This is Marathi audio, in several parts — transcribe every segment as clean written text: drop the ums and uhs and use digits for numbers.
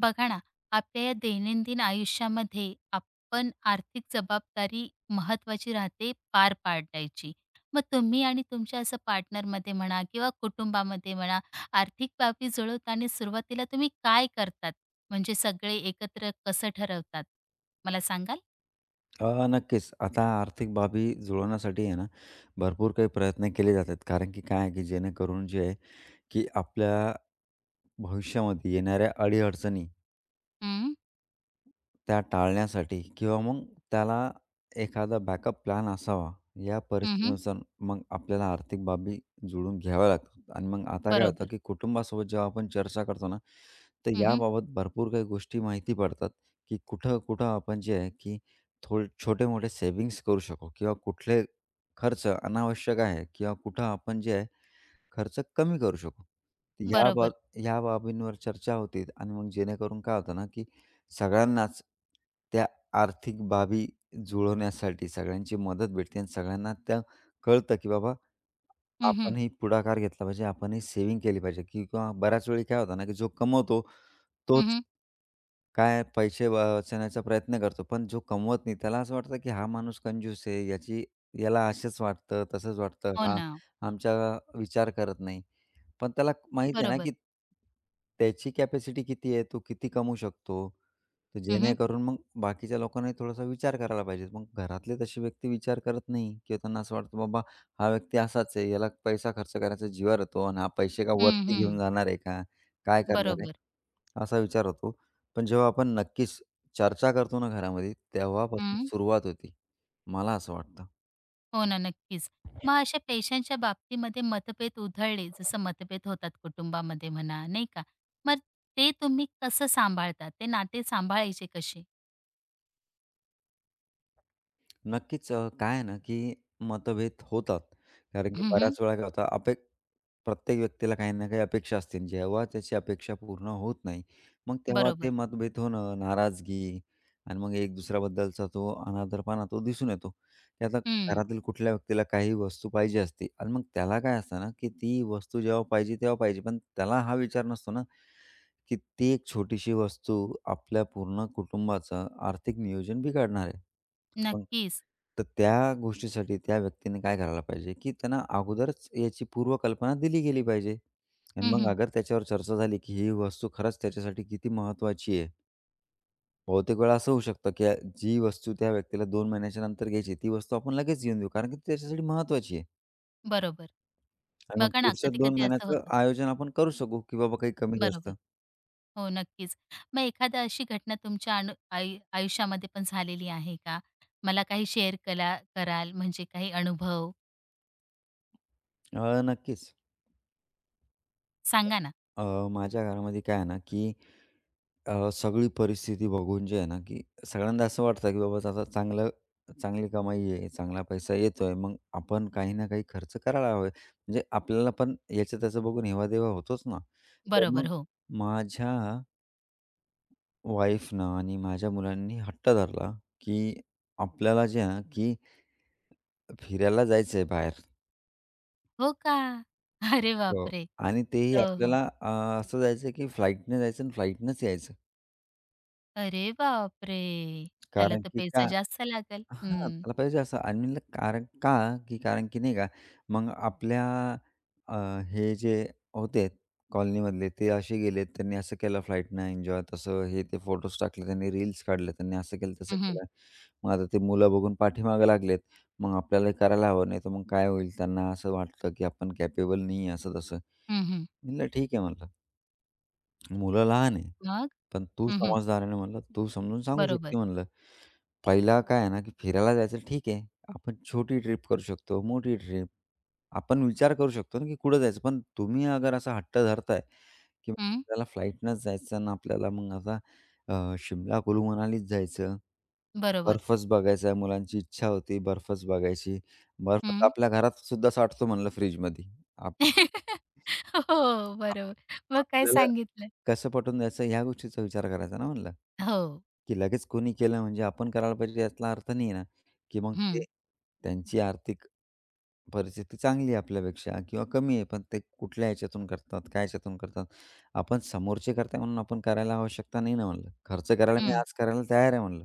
बघा ना, आपल्या या दैनंदिन आयुष्यामध्ये आपण आर्थिक जबाबदारी महत्वाची राहते पार पाडायची. मग तुम्ही आणि तुमच्या असं पार्टनरमध्ये म्हणा किंवा कुटुंबामध्ये म्हणा, आर्थिक बाबी जुळवताना सुरुवातीला तुम्ही काय करतात? म्हणजे सगळे एकत्र कसं ठरवतात? मला सांगाल? नक्कीच. आता आर्थिक बाबी जुळवण्यासाठी आहे ना, भरपूर काही प्रयत्न केले जातात. कारण की काय आहे, की जेणेकरून जे आहे, की आपल्या भविष्यामध्ये येणाऱ्या अडी-अडचणी हं, त्या टाळण्यासाठी किंवा मग त्याला एखादा बॅकअप प्लॅन असावा, या हं, परिस्थितीनुसार मग आपल्याला आर्थिक बाबी जुळवून घ्याव्या लागतात आणि मग आता काय होतं, बरोबर. की कुटुंबासोबत जेव्हा आपण चर्चा करतो ना, तर हं, याबाबत भरपूर काही गोष्टी माहिती पडतात, की कुठं-कुठं आपण जे आहे, की थोडे छोटे-मोठे सेव्हिंग्ज करू शकू किंवा कुठले खर्च अनावश्यक आहे किंवा कुठं आपण जे आहे, खर्च कमी करू शकू. ह्या बाब बरोबर. ह्या बाबींवर चर्चा होते आणि मग जेणेकरून काय होतं ना, की सगळ्यांनाच त्या आर्थिक बाबी जुळवण्यासाठी सगळ्यांची मदत भेटते आणि सगळ्यांना त्या कळतं, की बाबा हं, हं. आपणही पुढाकार घेतला पाहिजे, आपणही सेव्हिंग केली पाहिजे की किंवा बऱ्याच वेळी काय होतं ना, की जो कमवतो तोच काय पैसे वाचवण्याचा प्रयत्न करतो. पण जो कमवत नाही त्याला असं वाटतं, की हा माणूस कंजूस आहे, याची याला असंच वाटतं, तसंच वाटतं, हो हा ना. आमचा विचार करत नाही. पण त्याला माहिती आहे ना, बरोबर. की त्याची कॅपॅसिटी किती आहे, तो किती कमवू शकतो. तर हं, हं. जेणेकरून मग बाकीच्या लोकांनाही थोडासा विचार करायला पाहिजे. मग घरातले तशी व्यक्ती विचार करत नाही किंवा त्यांना असं वाटतं, "बाबा हा व्यक्ती असाच आहे, याला पैसा खर्च करायचा जीवावर येतो आणि हा पैसे का वरती घेऊन जाणार आहे का? काय करणार आहे?" बरोबर. असा विचार होतो. पण जेव्हा आपण नक्कीच चर्चा करतो ना घरामध्ये, तेव्हापासून सुरुवात होती. मला असं वाटतं. हो ना, नक्कीच. मग अशा पैशांच्या बाबतीमध्ये मतभेद उधळले, जसं मतभेद होतात कुटुंबामध्ये म्हणा, नाही का? मग ते तुम्ही कसं सांभाळतात? ते नाते सांभाळायचे कसे? नक्कीच. काय आहे ना, की मतभेद होतात. कारण की हं, बऱ्याच वेळा काय होतं प्रत्येक व्यक्तीला काही ना काही अपेक्षा असतील. जेव्हा त्याची अपेक्षा पूर्ण होत नाही, मग तेव्हा ते बरोबर. मतभेद होणं, नाराजगी आणि मग एक दुसऱ्याबद्दलचा तो अनादरपणा तो दिसून येतो. की आता हं. घरातील कुठल्या व्यक्तीला काही वस्तू पाहिजे असते आणि मग त्याला काय असतं ना, की ती वस्तू जेव्हा पाहिजे तेव्हा पाहिजे. पण त्याला हा विचार नसतो ना, की ती एक छोटीशी वस्तू आपल्या पूर्ण कुटुंबाचं आर्थिक नियोजन बिघडणार आहे. मग नक्कीच. तर त्या गोष्टीसाठी त्या व्यक्तीने काय करायला पाहिजे, की त्यांना अगोदरच याची पूर्वकल्पना दिली गेली पाहिजे. आणि मग हं, अगर त्याच्यावर चर्चा झाली, की ही वस्तू खरंच त्याच्यासाठी किती महत्त्वाची आहे. बहुतेक वेळा असं होऊ शकतं, की जी वस्तू त्या व्यक्तीला 2 महिन्याच्या नंतर घ्यायची, ती वस्तू आपण लगेच घेऊन देऊ, कारण की ती त्याच्यासाठी महत्त्वाची आहे. बरोबर. आणि मग बघा ना, पुढच्या 2 कधी-कधी असं महिन्याचं होतं. आयोजन आपण करू शकू, की बाबा काही कमी जास्त. बरोबर. हो, नक्कीच. मग एखादा अशी घटना तुमच्या अनु आयु आयुष्यामध्ये पण झालेली आहे का? मला काही शेअर कराल, म्हणजे काही अनुभव? नक्कीच. सांगा ना. अ, माझ्या घरामध्ये काय आहे ना, की सगळी परिस्थिती बघून जे आहे ना, की सगळ्यांदा असं वाटतं, की बाबा आता चांगली कमाई आहे, चांगला पैसा येतोय, मग आपण काही ना काही खर्च करायला हवे. म्हणजे आपल्याला पण याचं त्याचं बघून हेवा-देवा होतोच ना. तर मग बरोबर. हो. माझ्या वाईफनं आणि माझ्या मुलांनी हट्ट धरला, की आपल्याला जे आहे ना, की फिरायला जायचंय बाहेर. हो का? अरे हो. बापरे! आणि तेही हो, हो. आपल्याला असं जायचं, की फ्लाइटने जायचं आणि फ्लाइटनंच यायचं. अरे बापरे! त्याला कारण तर की का पैसा जास्त लागेल. हां, हं. त्याला पाहिजे असं आणि म्हणलं कारण का, की कारण की नाही का, मग आपल्या अ, हे जे होते कॉलनीमधले ते असे गेले, त्यांनी असं केलं फ्लाईटनं एन्जॉय, तसं हे ते फोटोज टाकले, त्यांनी रील्स काढले, त्यांनी असं केलं, तसं हं, हं. केलं. मग आता ते मुलं बघून पाठीमागे लागलेत. मग आपल्याला करायला हवं, नाही तर मग काय होईल? त्यांना असं वाटतं की आपण कॅपेबल नाही आहे असं तसं. हं, म्हणलं ठीक आहे म्हणलं. मुलं लहान आहे. मग? पण तू हं, समजदाराने म्हणलं, "तू समजून सांगू बरोबर. शकते" म्हणलं. पहिला काय आहे ना, की फिरायला जायचं ठीक आहे. आपण छोटी ट्रिप करू शकतो, मोठी ट्रिप. आपण विचार करू शकतो ना, की कुठं जायचं. पण तुम्ही अगर असा हट्ट धरताय, की हं. आपल्याला फ्लाईटनंच जायचं आणि आपल्याला मग आता शिमला, कुलू मनालीच जायचं. बरोबर. बर्फच बघायचा आहे. मुलांची इच्छा होती बर्फच बघायची. बर्फ तर हं. आपल्या घरात सुद्धा साठतो म्हणलं फ्रिजमध्ये. आप हो, आप बरोबर. मग काय आपल्याला सांगितलं? कसं पटवून द्यायचं ह्या गोष्टीचा विचार करायचा ना म्हणलं, हो. की लगेच कोणी केलं म्हणजे आपण करायला पाहिजे यातला अर्थ नाही ना, की मग ते हं. त्यांची आर्थिक परिस्थिती चांगली आहे आपल्यापेक्षा किंवा कमी आहे, पण ते कुठल्या ह्याच्यातून करतात, काय ह्याच्यातून करतात. आपण समोरचे करताय म्हणून आपण करायला आवश्यकता नाही ना म्हणलं. खर्च करायला मी हं. आज करायला तयार आहे म्हणलं,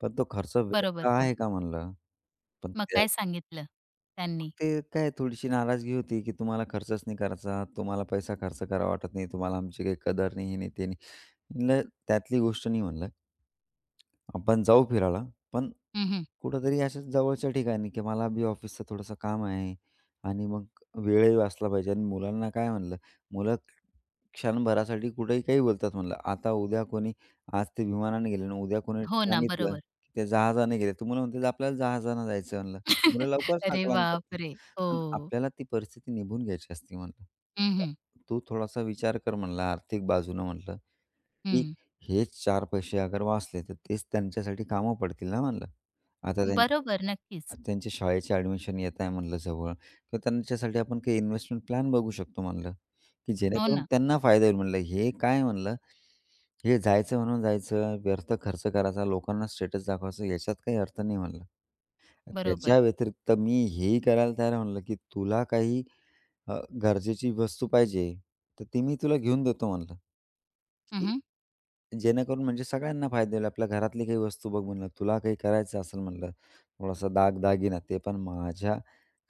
पण तो खर्च व्यर्थ बरोबर. हो. आहे का म्हणलं. पण मग त्या काय सांगितलं त्यांनी? ते काय थोडीशी नाराजगी होती, की तुम्हाला खर्चच नाही करायचा, तुम्हाला पैसा खर्च करावा वाटत नाही, तुम्हाला आमची काही कदर नाही, हे नाही, ते नाही. म्हणलं त्यातली गोष्ट नाही म्हणलं. आपण जाऊ फिरायला, पण हं, हं. कुठेतरी अशाच जवळच्या ठिकाणी, की मला बी ऑफिसचं थोडंसं काम आहे आणि मग वेळही वाचला पाहिजे आणि मुलांना काय म्हणलं, मुलं क्षणभरासाठी कुठेही काही बोलतात म्हणलं. आता उद्या कोणी आज ते विमानाने गेले आणि उद्या कोणी हो ना, सांगितलं, बरोबर. की ते जहाजाने गेले. तर मुलं म्हणतील, "आपल्याला जहाजानं जायचं" म्हणलं. मुलं लवकरच अरे आकलन करतात. बापरे! पण हो. आपल्याला ती परिस्थिती निभून घ्यायची असते म्हणलं. हं, हं. "तू थोडासा विचार कर" म्हणलं आर्थिक बाजूनं म्हणलं. की हेच 4 पैसे अगर वाचले, तर तेच त्यांच्यासाठी कामं पडतील ना म्हणलं. आता त्यांचे बरोबर, नक्कीच. त्यांच्या शाळेचे ॲडमिशन येत आहे म्हणलं जवळ, तर त्यांच्यासाठी आपण काही इन्व्हेस्टमेंट प्लॅन बघू शकतो म्हणलं, की हो जेणेकरून ना, त्यांना फायदा होईल म्हणलं. हे काय म्हणलं, हे जायचं म्हणून जायचं, व्यर्थ खर्च करायचा, लोकांना स्टेटस दाखवायचं, याच्यात काही अर्थ नाही म्हणलं. बरोबर. त्याच्या व्यतिरिक्त मी हेही करायला तयार आहे म्हणलं, की तुला काही अ, गरजेची वस्तू पाहिजे, तर ती मी तुला घेऊन देतो म्हणलं, हं, की हं. जेणेकरून म्हणजे सगळ्यांना फायदा होईल. आपल्या घरातली काही वस्तू बघ म्हणलं, तुला काही करायचं असेल म्हणलं, थोडासा दागदागिना ते पण माझ्या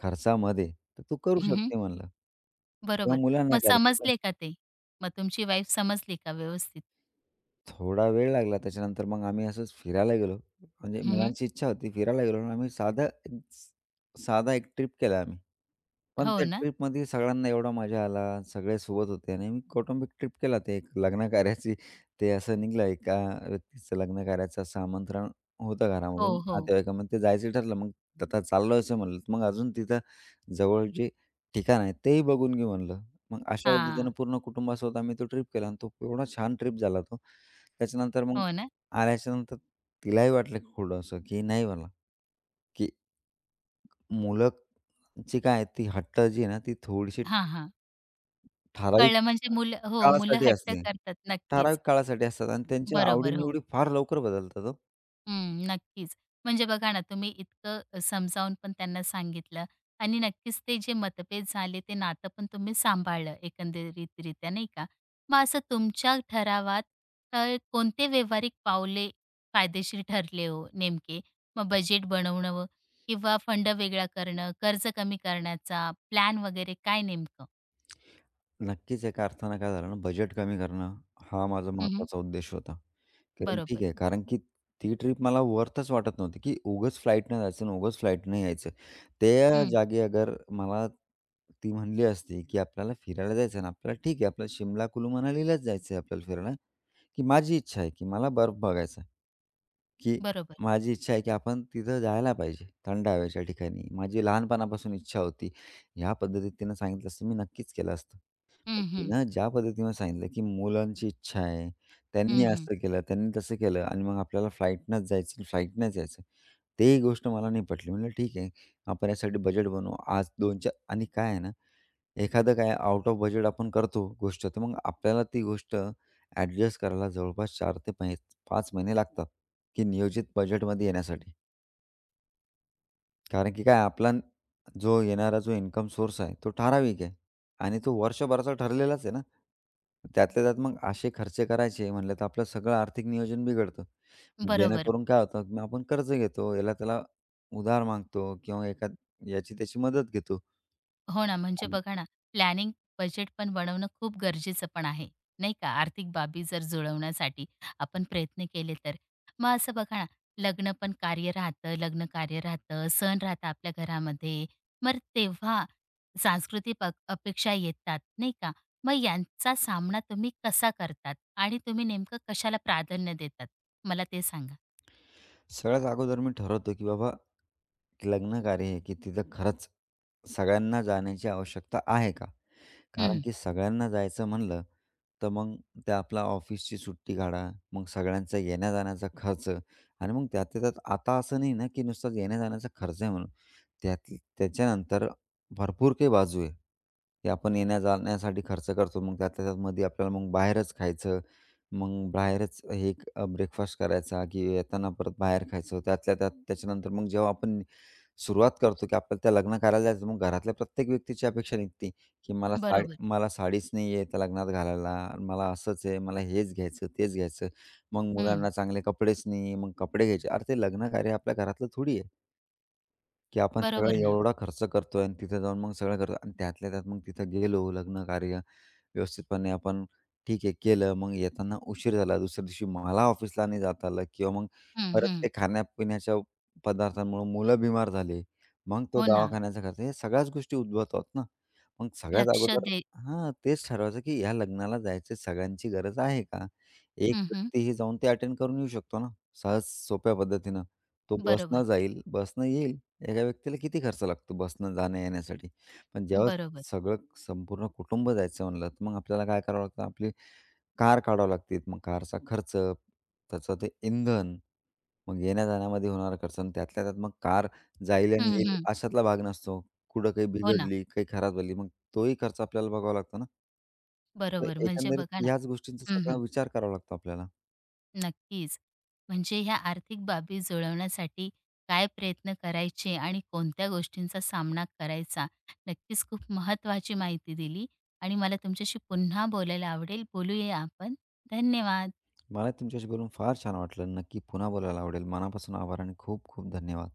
खर्चामध्ये, तर तू करू शकते म्हणलं किंवा बरोबर. मुलांना मग करायचं. समजले का ते? मग तुमची वाईफ समजली का व्यवस्थित? थोडा वेळ लागला. त्याच्यानंतर मग आम्ही असंच फिरायला गेलो. म्हणजे हं, मुलांची इच्छा होती, फिरायला गेलो आणि आम्ही साधा एक ट्रिप केला आम्ही. पण हो त्या ना? ट्रिपमध्ये सगळ्यांना एवढा मजा आला, सगळे सोबत होते आणि आम्ही कौटुंबिक ट्रिप केला. ते एक लग्नकार्याची ते असं निघलं एका व्यक्तीचं लग्नकार्याचं असं आमंत्रण होतं हो, घरामधून हो. नातेवाईकामध्ये. ते जायचं ठरलं. मग आता चाललो असं म्हणलं, मग अजून तिथं जवळ जे ठिकाण आहे तेही बघून घेऊ म्हणलं. मग अशा पद्धतीनं हां. पूर्ण कुटुंबासोबत आम्ही तो ट्रिप केला आणि तो एवढा छान ट्रिप झाला तो. त्याच्यानंतर मग हो ना? आल्याच्यानंतर तिलाही वाटलं की थोडंसं की नाही मला, की मुलं जी काय आहे ती हट्ट जी आहे ना ती थोडीशी हां, हां. ठराविक कळलं म्हणजे मुलं हो, मुलं काळासाठी हट्ट असते. करतात. ठराविक नक्कीच. काळासाठी असतात आणि त्यांच्या बरोबर. हो. आवडीनिवडी फार लवकर बदलतात हो. हं, नक्कीच. म्हणजे बघा ना, तुम्ही इतकं समजावून पण त्यांना सांगितलं आणि नक्कीच ते जे मतभेद झाले, ते नातं पण तुम्ही सांभाळलं एकंदरीतरित्या, नाही का? मग असं तुमच्या ठरावात तर कोणते व्यावहारिक पावले फायदेशीर ठरले हो नेमके? मग बजेट बनवणं किंवा फंड वेगळा करणं, कर्ज कमी करण्याचा प्लॅन वगैरे काय नेमकं? नक्कीच एका अर्थानं काय झालं ना, बजेट कमी करणं हा माझा हं, महत्त्वाचा उद्देश होता. कारण ठीक बरोबर. आहे, कारण की ती ट्रिप मला वर्थच वाटत नव्हती, की उगाच फ्लाइटनं जायचं आणि उगाच फ्लाइटनं यायचं. त्या हं, जागी अगर मला ती म्हणली असती, की आपल्याला फिरायला जायचं आहे आणि आपल्याला ठीक आहे, आपल्याला शिमला, कुलू, मनालीलाच जायचं आहे आपल्याला फिरायला, की माझी इच्छा आहे, की मला बर्फ बघायचा आहे, की बरोबर. माझी इच्छा आहे, की आपण तिथं जायला पाहिजे थंड हवेच्या ठिकाणी. माझी लहानपणापासून इच्छा होती. ह्या पद्धतीत तिनं सांगितलं असतं, मी नक्कीच केलं असतं. हं, हं. तिनं ज्या पद्धतीनं सांगितलं, की मुलांची इच्छा आहे, हं, त्यांनी हं. असं केलं, त्यांनी तसं केलं आणि मग आपल्याला फ्लाईटनंच जायचं, फ्लाईटनंच यायचं. तेही गोष्ट मला नाही पटली. म्हटलं ठीक आहे, आपण यासाठी बजेट बनवू. आज 2-4 आणि काय आहे ना, एखादं काय आउट ऑफ बजेट आपण करतो गोष्ट, तर मग आपल्याला ती गोष्ट ॲडजस्ट करायला जवळपास 4 ते 5 महिने लागतात, की नियोजित बजेटमध्ये येण्यासाठी. कारण की काय जो येणारा जो इन्कम सोर्स आहे, तो ठराविक आहे आणि तो वर्षभराचा ठरलेलाच आहे ना. त्यातल्या त्यात मग असे खर्च करायचे म्हणलं तर आपलं सगळं आर्थिक नियोजन बिघडतं. बरोबर. जेणेकरून काय होतं, की मग आपण कर्ज घेतो, याला-त्याला उधार मागतो किंवा एका याची त्याची मदत घेतो. हो ना, म्हणजे आणि बघा ना, प्लॅनिंग बजेट पण बनवणं खूप गरजेचं पण आहे, नाही का? आर्थिक बाबी जर जुळवण्यासाठी आपण प्रयत्न केले तर. मग असं बघा ना, लग्न पण कार्य राहतं, लग्न कार्य राहतं, सण राहतं आपल्या घरामध्ये. मग तेव्हा सांस्कृतिक अपेक्षा येतात, नाही का? मग यांचा सामना तुम्ही कसा करतात आणि तुम्ही नेमकं कशाला प्राधान्य देतात? मला ते सांगा. सगळ्यात अगोदर मी ठरवतो, की बाबा की लग्न कार्य आहे, की तिथं खरंच सगळ्यांना जाण्याची आवश्यकता आहे का? कारण हं, की सगळ्यांना जायचं म्हणलं तर मग ते आपला ऑफिसची सुट्टी काढा. मग सगळ्यांचा येण्या-जाण्याचा खर्च आणि मग त्यातल्या त्यात आता असं नाही ना, की नुसताच येण्या-जाण्याचा खर्च आहे म्हणून. त्यात त्याच्यानंतर भरपूर काही बाजू आहे, की आपण येण्या-जाण्यासाठी खर्च करतो. मग त्यातल्या त्यातमध्ये आपल्याला मग बाहेरच खायचं. मग बाहेरच हे ब्रेकफास्ट करायचा, की येताना परत बाहेर खायचं. त्यातल्या त्यात त्याच्यानंतर मग जेव्हा आपण सुरुवात करतो, की आपल्याला त्या लग्न करायला जायचं. मग घरातल्या प्रत्येक व्यक्तीची अपेक्षा निघते, की बरोबर. मला साडीच नाही आहे त्या लग्नात घालायला, मला असंच आहे, मला हेच घ्यायचं, तेच घ्यायचं. मग हं, मुलांना चांगले कपडेच नाही, मग कपडे घ्यायचे. अरे, ते लग्न कार्य आपल्या घरातलं थोडी आहे. की आपण सगळा बरोबर ना. एवढा खर्च करतोय आणि तिथे जाऊन मग सगळं करतो आणि त्यातल्या त्यात मग तिथं गेलो लग्न कार्य व्यवस्थितपणे आपण ठीक आहे केलं. मग येताना उशीर झाला. दुसऱ्या दिवशी मला ऑफिसला नाही जाता आलं किंवा मग हं, बरंच हं. काही खाण्यापिण्याच्या पदार्थांमुळे मुलं बिमार झाले. मग तो हो ना. दवाखान्याचा खर्च हे सगळ्याच गोष्टी उद्भवतात ना. मग सगळ्यात लक्ष अगोदर दे हां, तेच ठरवायचं की ह्या लग्नाला जायची सगळ्यांची गरज आहे का? एक हं, हं. व्यक्तीही जाऊन ते अटेंड करून येऊ शकतो ना, सहज सोप्या पद्धतीनं. तो बरोबर. बसनं जाईल, बसनं येईल. एका व्यक्तीला किती खर्च लागतो बसनं जाण्या-येण्यासाठी. पण जेव्हा बरोबर. सगळं संपूर्ण कुटुंब जायचं म्हणलं, तर मग आपल्याला काय करावं लागतं, आपली कार काढावी लागते. मग कारचा खर्च, त्याचं ते इंधन, मग येण्या-जाण्यामध्ये होणारा खर्च आणि त्यातल्या त्यात मग कार जाईल आणि हं, येईल हं. अशातला भाग नसतो. कुठं काही हो ना. बिघडली, काही खराब झाली, मग तोही खर्च आपल्याला बघावा लागतो ना. तर बरोबर. म्हणजे एकंदरीत बघा ना याच गोष्टींचा हं, सगळा हं. विचार करावा लागतो आपल्याला. नक्कीच. म्हणजे ह्या आर्थिक बाबी जुळवण्यासाठी काय प्रयत्न करायचे आणि कोणत्या गोष्टींचा सामना करायचा? नक्कीच खूप महत्त्वाची माहिती दिली आणि मला तुमच्याशी पुन्हा बोलायला आवडेल. बोलूया आपण. धन्यवाद. मला तुमच्याशी बोलून फार छान वाटलं. नक्की पुन्हा बोलायला आवडेल. मनापासून आभार आणि खूप खूप धन्यवाद.